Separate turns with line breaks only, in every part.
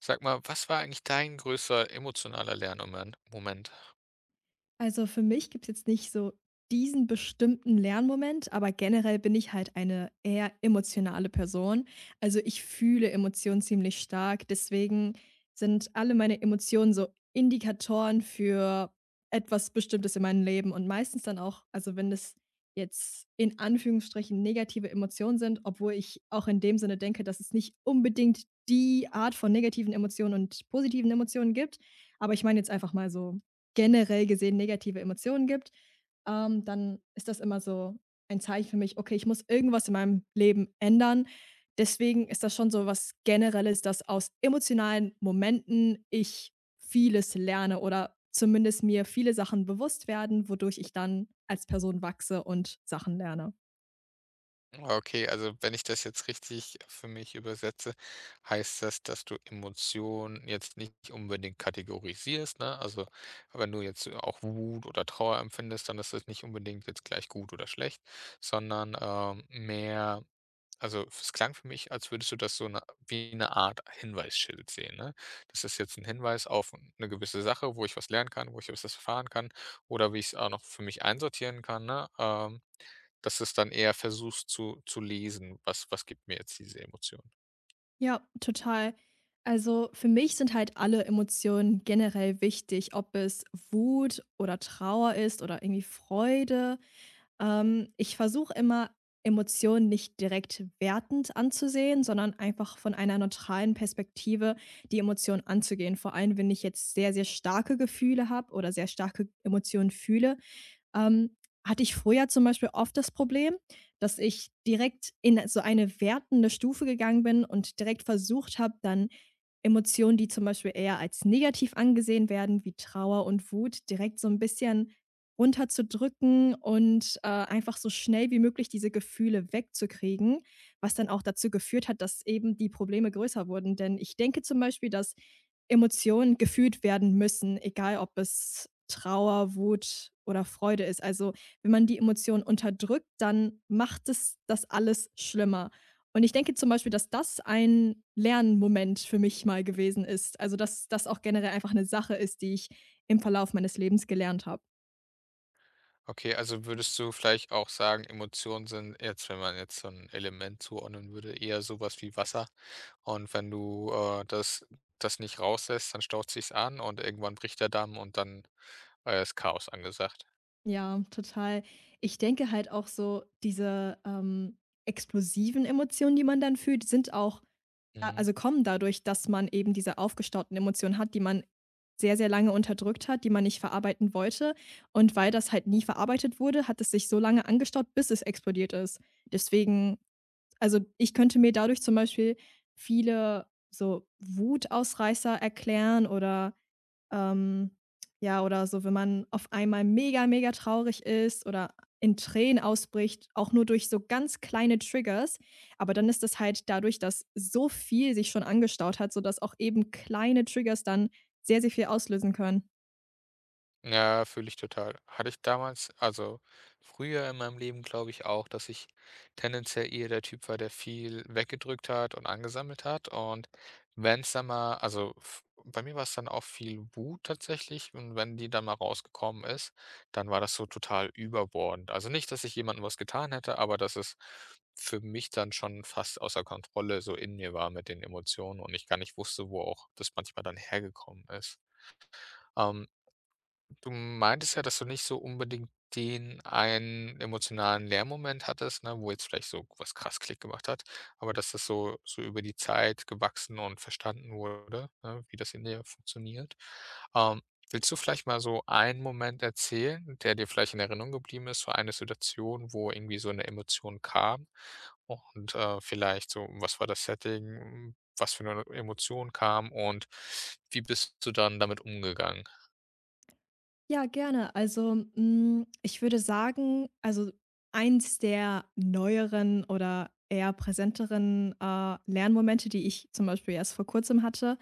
Sag mal, was war eigentlich dein größter emotionaler Lernmoment? Moment?
Also für mich gibt's jetzt nicht so diesen bestimmten Lernmoment, aber generell bin ich halt eine eher emotionale Person. Also ich fühle Emotionen ziemlich stark, deswegen sind alle meine Emotionen so Indikatoren für etwas Bestimmtes in meinem Leben und meistens dann auch, also wenn das jetzt in Anführungsstrichen negative Emotionen sind, obwohl ich auch in dem Sinne denke, dass es nicht unbedingt die Art von negativen Emotionen und positiven Emotionen gibt. Aber ich meine jetzt einfach mal so generell gesehen negative Emotionen gibt, dann ist das immer so ein Zeichen für mich: „Okay, ich muss irgendwas in meinem Leben ändern.“ Deswegen ist das schon so was Generelles, dass aus emotionalen Momenten ich vieles lerne oder zumindest mir viele Sachen bewusst werden, wodurch ich dann als Person wachse und Sachen lerne.
Okay, also wenn ich das jetzt richtig für mich übersetze, heißt das, dass du Emotionen jetzt nicht unbedingt kategorisierst, ne? Also wenn du jetzt auch Wut oder Trauer empfindest, dann ist das nicht unbedingt jetzt gleich gut oder schlecht, sondern mehr. Also, es klang für mich, als würdest du das so 'ne wie eine Art Hinweisschild sehen, ne? Das ist jetzt ein Hinweis auf eine gewisse Sache, wo ich was lernen kann, wo ich was erfahren kann oder wie ich es auch noch für mich einsortieren kann, ne? Dass du es dann eher versuchst zu lesen, was gibt mir jetzt diese Emotion?
Ja, total. Also für mich sind halt alle Emotionen generell wichtig, ob es Wut oder Trauer ist oder irgendwie Freude. Ich versuche immer, Emotionen nicht direkt wertend anzusehen, sondern einfach von einer neutralen Perspektive die Emotion anzugehen. Vor allem, wenn ich jetzt sehr, sehr starke Gefühle habe oder sehr starke Emotionen fühle, ähm, hatte ich früher zum Beispiel oft das Problem, dass ich direkt in so eine wertende Stufe gegangen bin und direkt versucht habe, dann Emotionen, die zum Beispiel eher als negativ angesehen werden, wie Trauer und Wut, direkt so ein bisschen runterzudrücken und, einfach so schnell wie möglich diese Gefühle wegzukriegen, was dann auch dazu geführt hat, dass eben die Probleme größer wurden. Denn ich denke zum Beispiel, dass Emotionen gefühlt werden müssen, egal ob es Trauer, Wut oder Freude ist. Also, wenn man die Emotionen unterdrückt, dann macht es das alles schlimmer. Und ich denke zum Beispiel, dass das ein Lernmoment für mich mal gewesen ist. Also, dass das auch generell einfach eine Sache ist, die ich im Verlauf meines Lebens gelernt habe.
Okay, also würdest du vielleicht auch sagen, Emotionen sind jetzt, wenn man jetzt so ein Element zuordnen würde, eher sowas wie Wasser, und wenn du, das nicht rauslässt, dann staut sich's an und irgendwann bricht der Damm und dann ist Chaos angesagt.
Ja, total. Ich denke halt auch so, explosiven Emotionen, die man dann fühlt, sind auch äh,
Mhm.
also, kommen dadurch, dass man eben diese aufgestauten Emotionen hat, die man sehr, sehr lange unterdrückt hat, die man nicht verarbeiten wollte. Und weil das halt nie verarbeitet wurde, hat es sich so lange angestaut, bis es explodiert ist. Deswegen Also, ich könnte mir dadurch zum Beispiel viele so Wutausreißer erklären oder, ähm ja, oder so, wenn man auf einmal mega, mega traurig ist oder in Tränen ausbricht, auch nur durch so ganz kleine Triggers. Aber dann ist das halt dadurch, dass so viel sich schon angestaut hat, sodass auch eben kleine Triggers dann sehr, sehr viel auslösen können.
Ja, fühle ich total. Hatte ich damals, also früher in meinem Leben, glaube ich auch, dass ich tendenziell eher der Typ war, der viel weggedrückt hat und angesammelt hat, und wenn es dann mal, also f bei mir war es dann auch viel Wut tatsächlich, und wenn die dann mal rausgekommen ist, dann war das so total überbordend. Also, nicht, dass ich jemandem was getan hätte, aber dass es für mich dann schon fast außer Kontrolle so in mir war mit den Emotionen und ich gar nicht wusste, wo auch das manchmal dann hergekommen ist. Ähm, du meintest ja, dass du nicht so unbedingt den einen emotionalen Lernmoment hattest, ne, wo jetzt vielleicht so was krass Klick gemacht hat, aber dass das so über die Zeit gewachsen und verstanden wurde, ne, wie das in dir funktioniert. Ähm, willst du vielleicht mal so einen Moment erzählen, der dir vielleicht in Erinnerung geblieben ist, so eine Situation, wo irgendwie so eine Emotion kam und, vielleicht so, was war das Setting, was für eine Emotion kam und wie bist du dann damit umgegangen?
Ja, gerne. Also, ich würde sagen, also, eins der neueren oder eher präsenteren, Lernmomente, die ich zum Beispiel erst vor Kurzem hatte,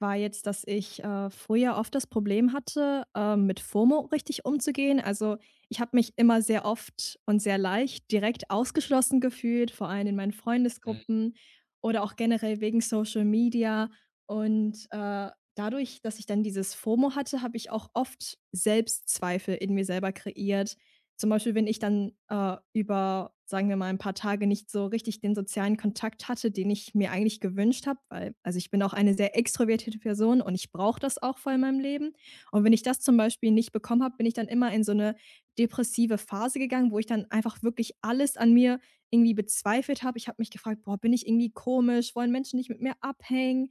war jetzt, dass ich früher oft das Problem hatte, mit FOMO richtig umzugehen. Also, ich habe mich immer sehr oft und sehr leicht direkt ausgeschlossen gefühlt, vor allem in meinen Freundesgruppen oder auch generell wegen Social Media. Und dadurch, dass ich dann dieses FOMO hatte, habe ich auch oft Selbstzweifel in mir selber kreiert. Zum Beispiel, wenn ich dann über, sagen wir mal, ein paar Tage nicht so richtig den sozialen Kontakt hatte, den ich mir eigentlich gewünscht habe, weil also, ich bin auch eine sehr extrovertierte Person und ich brauche das auch voll in meinem Leben. Und wenn ich das zum Beispiel nicht bekommen habe, bin ich dann immer in so eine depressive Phase gegangen, wo ich dann einfach wirklich alles an mir irgendwie bezweifelt habe. Ich habe mich gefragt: „Boah, bin ich irgendwie komisch? Wollen Menschen nicht mit mir abhängen?“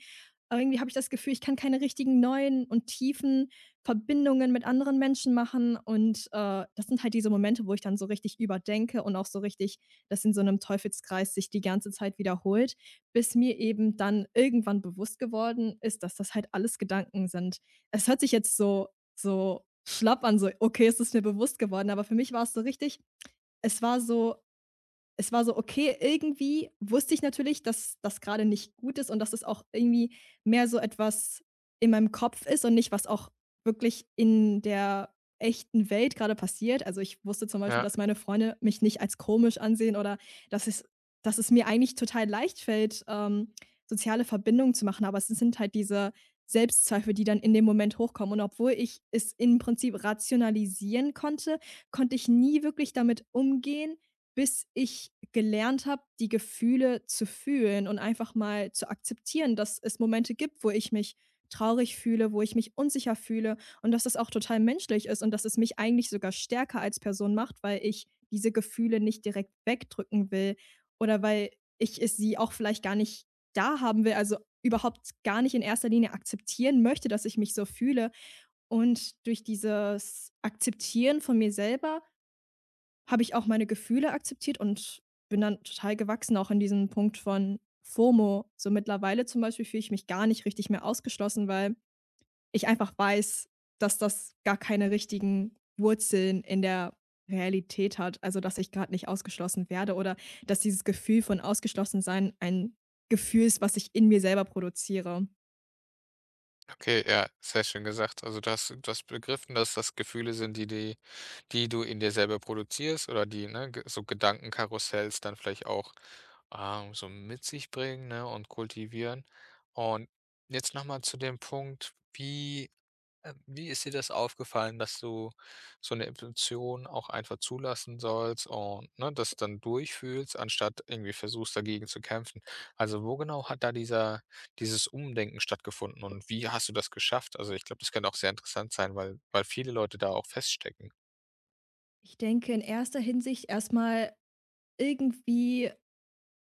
Aber irgendwie habe ich das Gefühl, ich kann keine richtigen neuen und tiefen Verbindungen mit anderen Menschen machen und das sind halt diese Momente, wo ich dann so richtig überdenke und auch so richtig dass in so einem Teufelskreis sich die ganze Zeit wiederholt, bis mir eben dann irgendwann bewusst geworden ist, dass das halt alles Gedanken sind. Es hört sich jetzt so schlapp an, so: „Okay, es ist mir bewusst geworden“, aber für mich war es so richtig es war so okay, irgendwie wusste ich natürlich, dass das gerade nicht gut ist und dass es auch irgendwie mehr so etwas in meinem Kopf ist und nicht, was auch wirklich in der echten Welt gerade passiert. Also ich wusste zum Beispiel,
Ja,
dass meine Freunde mich nicht als komisch ansehen oder dass es, dass es mir eigentlich total leicht fällt, soziale Verbindungen zu machen. Aber es sind halt diese Selbstzweifel, die dann in dem Moment hochkommen. Und obwohl ich es im Prinzip rationalisieren konnte, konnte ich nie wirklich damit umgehen, bis ich gelernt habe, die Gefühle zu fühlen und einfach mal zu akzeptieren, dass es Momente gibt, wo ich mich traurig fühle, wo ich mich unsicher fühle und dass das auch total menschlich ist und dass es mich eigentlich sogar stärker als Person macht, weil ich diese Gefühle nicht direkt wegdrücken will oder weil ich es sie auch vielleicht gar nicht da haben will, also überhaupt gar nicht in erster Linie akzeptieren möchte, dass ich mich so fühle. Und durch dieses Akzeptieren von mir selber habe ich auch meine Gefühle akzeptiert und bin dann total gewachsen, auch in diesem Punkt von FOMO. So mittlerweile zum Beispiel fühle ich mich gar nicht richtig mehr ausgeschlossen, weil ich einfach weiß, dass das gar keine richtigen Wurzeln in der Realität hat. Also, dass ich gerade nicht ausgeschlossen werde oder dass dieses Gefühl von Ausgeschlossensein ein Gefühl ist, was ich in mir selber produziere.
okay, ja, sehr schön gesagt. Also, du hast du begriffen, dass das Gefühle sind, die du in dir selber produzierst, oder die, ne, ge so Gedankenkarussells dann vielleicht auch, so mit sich bringen, ne, und kultivieren. Und jetzt nochmal zu dem Punkt, wie ist dir das aufgefallen, dass du so eine Intuition auch einfach zulassen sollst und, ne, das dann durchfühlst, anstatt irgendwie versuchst, dagegen zu kämpfen? Also, wo genau hat da dieser dieses Umdenken stattgefunden und wie hast du das geschafft? Also, ich glaube, das kann auch sehr interessant sein, weil viele Leute da auch feststecken.
Ich denke in erster Hinsicht erstmal irgendwie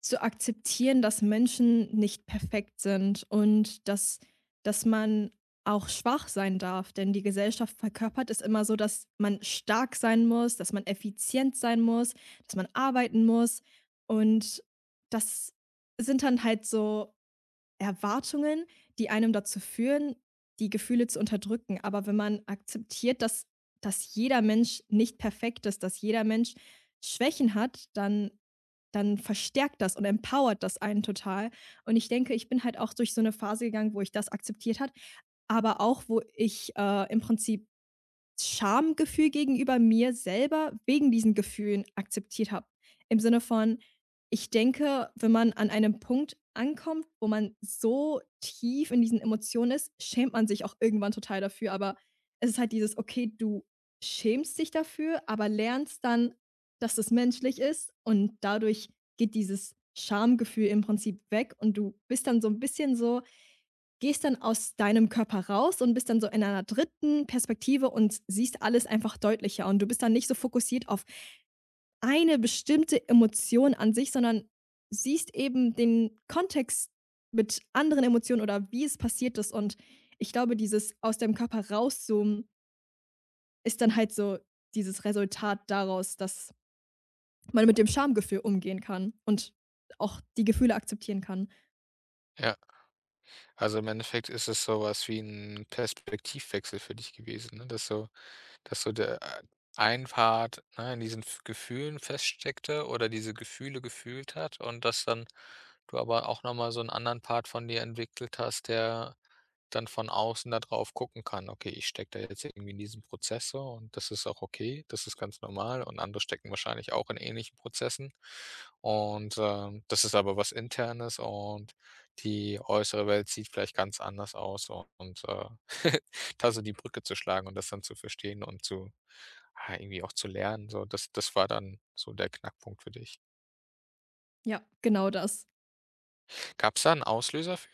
zu akzeptieren, dass Menschen nicht perfekt sind und dass man auch schwach sein darf, denn die Gesellschaft verkörpert es immer so, dass man stark sein muss, dass man effizient sein muss, dass man arbeiten muss und das sind dann halt so Erwartungen, die einem dazu führen, die Gefühle zu unterdrücken. Aber wenn man akzeptiert, dass jeder Mensch nicht perfekt ist, dass jeder Mensch Schwächen hat, dann verstärkt das und empowert das einen total. Und ich denke, ich bin halt auch durch so eine Phase gegangen, wo ich das akzeptiert hat, aber auch, wo ich im Prinzip Schamgefühl gegenüber mir selber wegen diesen Gefühlen akzeptiert habe. Im Sinne von, ich denke, wenn man an einem Punkt ankommt, wo man so tief in diesen Emotionen ist, schämt man sich auch irgendwann total dafür. Aber es ist halt dieses, okay, du schämst dich dafür, aber lernst dann, dass das menschlich ist und dadurch geht dieses Schamgefühl im Prinzip weg und du bist dann so ein bisschen so. Gehst dann aus deinem Körper raus und bist dann so in einer dritten Perspektive und siehst alles einfach deutlicher. Und du bist dann nicht so fokussiert auf eine bestimmte Emotion an sich, sondern siehst eben den Kontext mit anderen Emotionen oder wie es passiert ist. Und ich glaube, dieses aus dem Körper rauszoomen ist dann halt so dieses Resultat daraus, dass man mit dem Schamgefühl umgehen kann und auch die Gefühle akzeptieren kann.
Ja, also, im Endeffekt ist es so was wie ein Perspektivwechsel für dich gewesen, ne? Dass so der ein Part, ne, in diesen F Gefühlen feststeckte oder diese Gefühle gefühlt hat, und dass dann du aber auch noch mal so einen anderen Part von dir entwickelt hast, der dann von außen da drauf gucken kann: „Okay, ich stecke da jetzt irgendwie in diesem Prozess so, und das ist auch okay, das ist ganz normal und andere stecken wahrscheinlich auch in ähnlichen Prozessen, und, das ist aber was Internes, und die äußere Welt sieht vielleicht ganz anders aus“, und, da so die Brücke zu schlagen und das dann zu verstehen und zu, ja, irgendwie auch zu lernen, so. Das war dann so der Knackpunkt für dich.
Ja, genau das.
Gab's da 'n Auslöser für?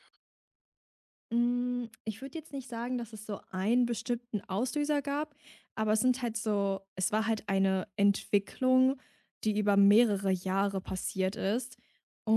Ich würde jetzt nicht sagen, dass es so einen bestimmten Auslöser gab, aber es sind es war halt eine Entwicklung, die über mehrere Jahre passiert ist.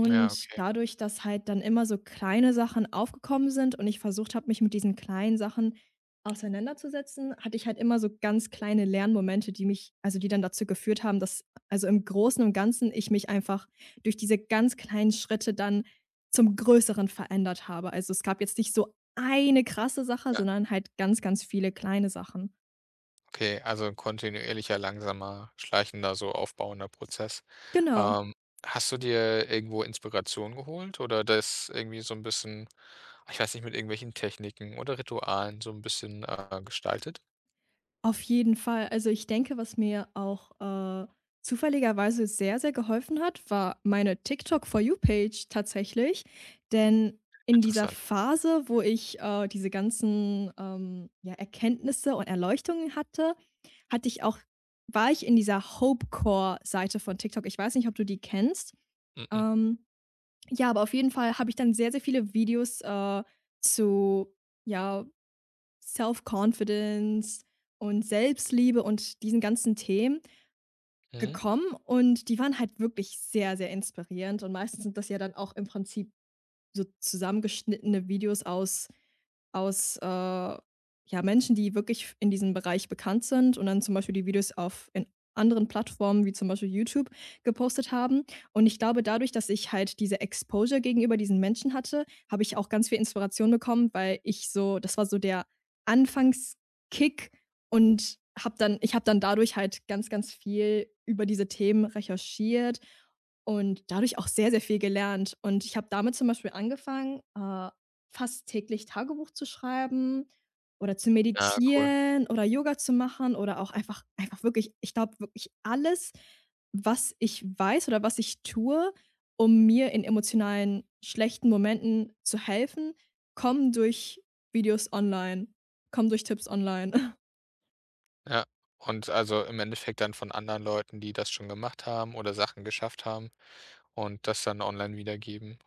Ja, okay.
dadurch, dass halt dann immer so kleine Sachen aufgekommen sind und ich versucht habe, mich mit diesen kleinen Sachen auseinanderzusetzen, hatte ich halt immer so ganz kleine Lernmomente, die dann dazu geführt haben, dass im Großen und Ganzen ich mich einfach durch diese ganz kleinen Schritte dann zum Größeren verändert habe. Also, es gab jetzt nicht so eine krasse Sache,
Ja,
sondern halt ganz, ganz viele kleine Sachen.
okay, also 'n kontinuierlicher, langsamer, schleichender, so aufbauender Prozess.
Genau,
Ähm, hast du dir irgendwo Inspiration geholt oder das irgendwie so ein bisschen, ich weiß nicht, mit irgendwelchen Techniken oder Ritualen so ein bisschen, gestaltet?
auf jeden Fall. Also, ich denke, was mir auch zufälligerweise sehr, sehr geholfen hat, war meine TikTok For You Page tatsächlich. Denn in dieser
Interessant.
Phase, wo ich diese ganzen ja, Erkenntnisse und Erleuchtungen hatte, hatte ich auch war ich in dieser Hopecore Seite von TikTok. Ich weiß nicht, ob du die kennst.
Mhm.
Ähm Ja, aber auf jeden Fall habe ich dann sehr, sehr viele Videos, zu ja, Self-Confidence und Selbstliebe und diesen ganzen Themen
Mhm.
gekommen und die waren halt wirklich sehr, sehr inspirierend und meistens sind das ja dann auch im Prinzip so zusammengeschnittene Videos aus, ja, Menschen, die wirklich in diesem Bereich bekannt sind und dann zum Beispiel die Videos auf in anderen Plattformen wie zum Beispiel YouTube gepostet haben. Und ich glaube, dadurch, dass ich halt diese Exposure gegenüber diesen Menschen hatte, habe ich auch ganz viel Inspiration bekommen, weil ich so das war so der Anfangskick und habe dann dadurch halt ganz, ganz viel über diese Themen recherchiert und dadurch auch sehr, sehr viel gelernt. Und ich habe damit zum Beispiel angefangen, fast täglich Tagebuch zu schreiben oder zu
Ah, cool.
meditieren oder Yoga zu machen oder auch einfach wirklich ich glaube wirklich alles, was ich weiß oder was ich tue, um mir in emotionalen schlechten Momenten zu helfen, kommen durch Videos online, kommen durch Tipps online.
Ja. Und also im Endeffekt dann von anderen Leuten, die das schon gemacht haben oder Sachen geschafft haben und das dann online wiedergeben.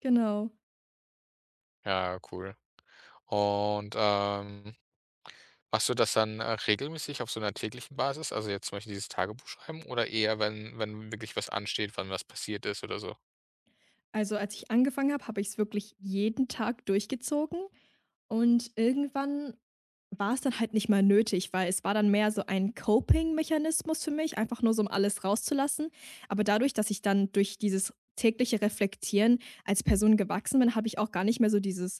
Genau.
Ja, cool. Und, machst du das dann, regelmäßig auf so einer täglichen Basis? Also jetzt zum Beispiel dieses Tagebuch schreiben, oder eher, wenn wirklich was ansteht, wann was passiert ist oder so?
Also, als ich angefangen habe, habe ich es wirklich jeden Tag durchgezogen. Und irgendwann war es dann halt nicht mehr nötig, weil es war dann mehr so ein Coping-Mechanismus für mich, einfach nur so, um alles rauszulassen. Aber dadurch, dass ich dann durch dieses tägliche Reflektieren als Person gewachsen bin, habe ich auch gar nicht mehr so dieses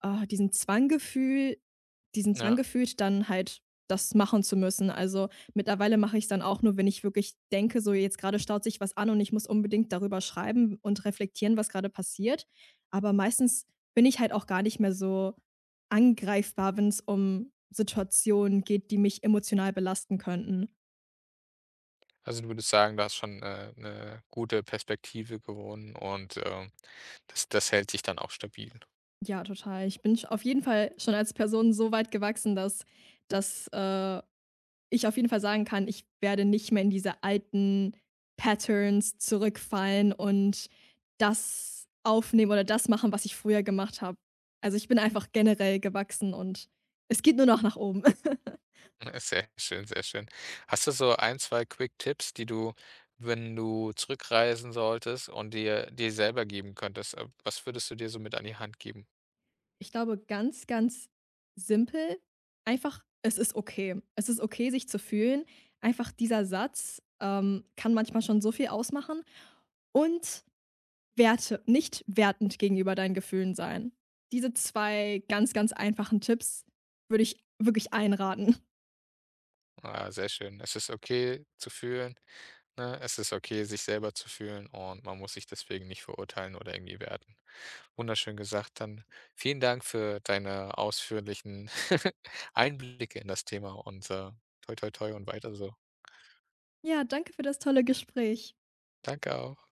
diesen Zwanggefühl, diesen Zwang
Ja.
gefühlt, dann halt das machen zu müssen. Also, mittlerweile mache ich's dann auch nur, wenn ich wirklich denke, so jetzt gerade staut sich was an und ich muss unbedingt darüber schreiben und reflektieren, was gerade passiert. Aber meistens bin ich halt auch gar nicht mehr so angreifbar, wenn es um Situationen geht, die mich emotional belasten könnten.
Also du würdest sagen, da hast schon, 'ne gute Perspektive gewonnen und, das hält sich dann auch stabil?
Ja, total. Ich bin sch auf jeden Fall schon als Person so weit gewachsen, dass dass, äh, ich auf jeden Fall sagen kann, ich werde nicht mehr in diese alten Patterns zurückfallen und das aufnehmen oder das machen, was ich früher gemacht habe. Also, ich bin einfach generell gewachsen und es geht nur noch nach oben.
Sehr schön, sehr schön. Hast du so ein, 2 Quick-Tipps, die du, wenn du zurückreisen solltest und dir selber geben könntest, was würdest du dir so mit an die Hand geben?
Ich glaube, ganz, ganz simpel, einfach: „Es ist okay.“ Es ist okay, sich zu fühlen. Einfach dieser Satz, kann manchmal schon so viel ausmachen. Und werte nicht wertend gegenüber deinen Gefühlen sein. Diese 2 ganz, ganz einfachen Tipps würde ich wirklich einraten.
Ah, sehr schön. Es ist okay zu fühlen, ne? Es ist okay, sich selber zu fühlen, und man muss sich deswegen nicht verurteilen oder irgendwie werten. Wunderschön gesagt. Dann vielen Dank für deine ausführlichen Einblicke in das Thema und, toi toi toi und weiter so.
Ja, danke für das tolle Gespräch.
Danke auch.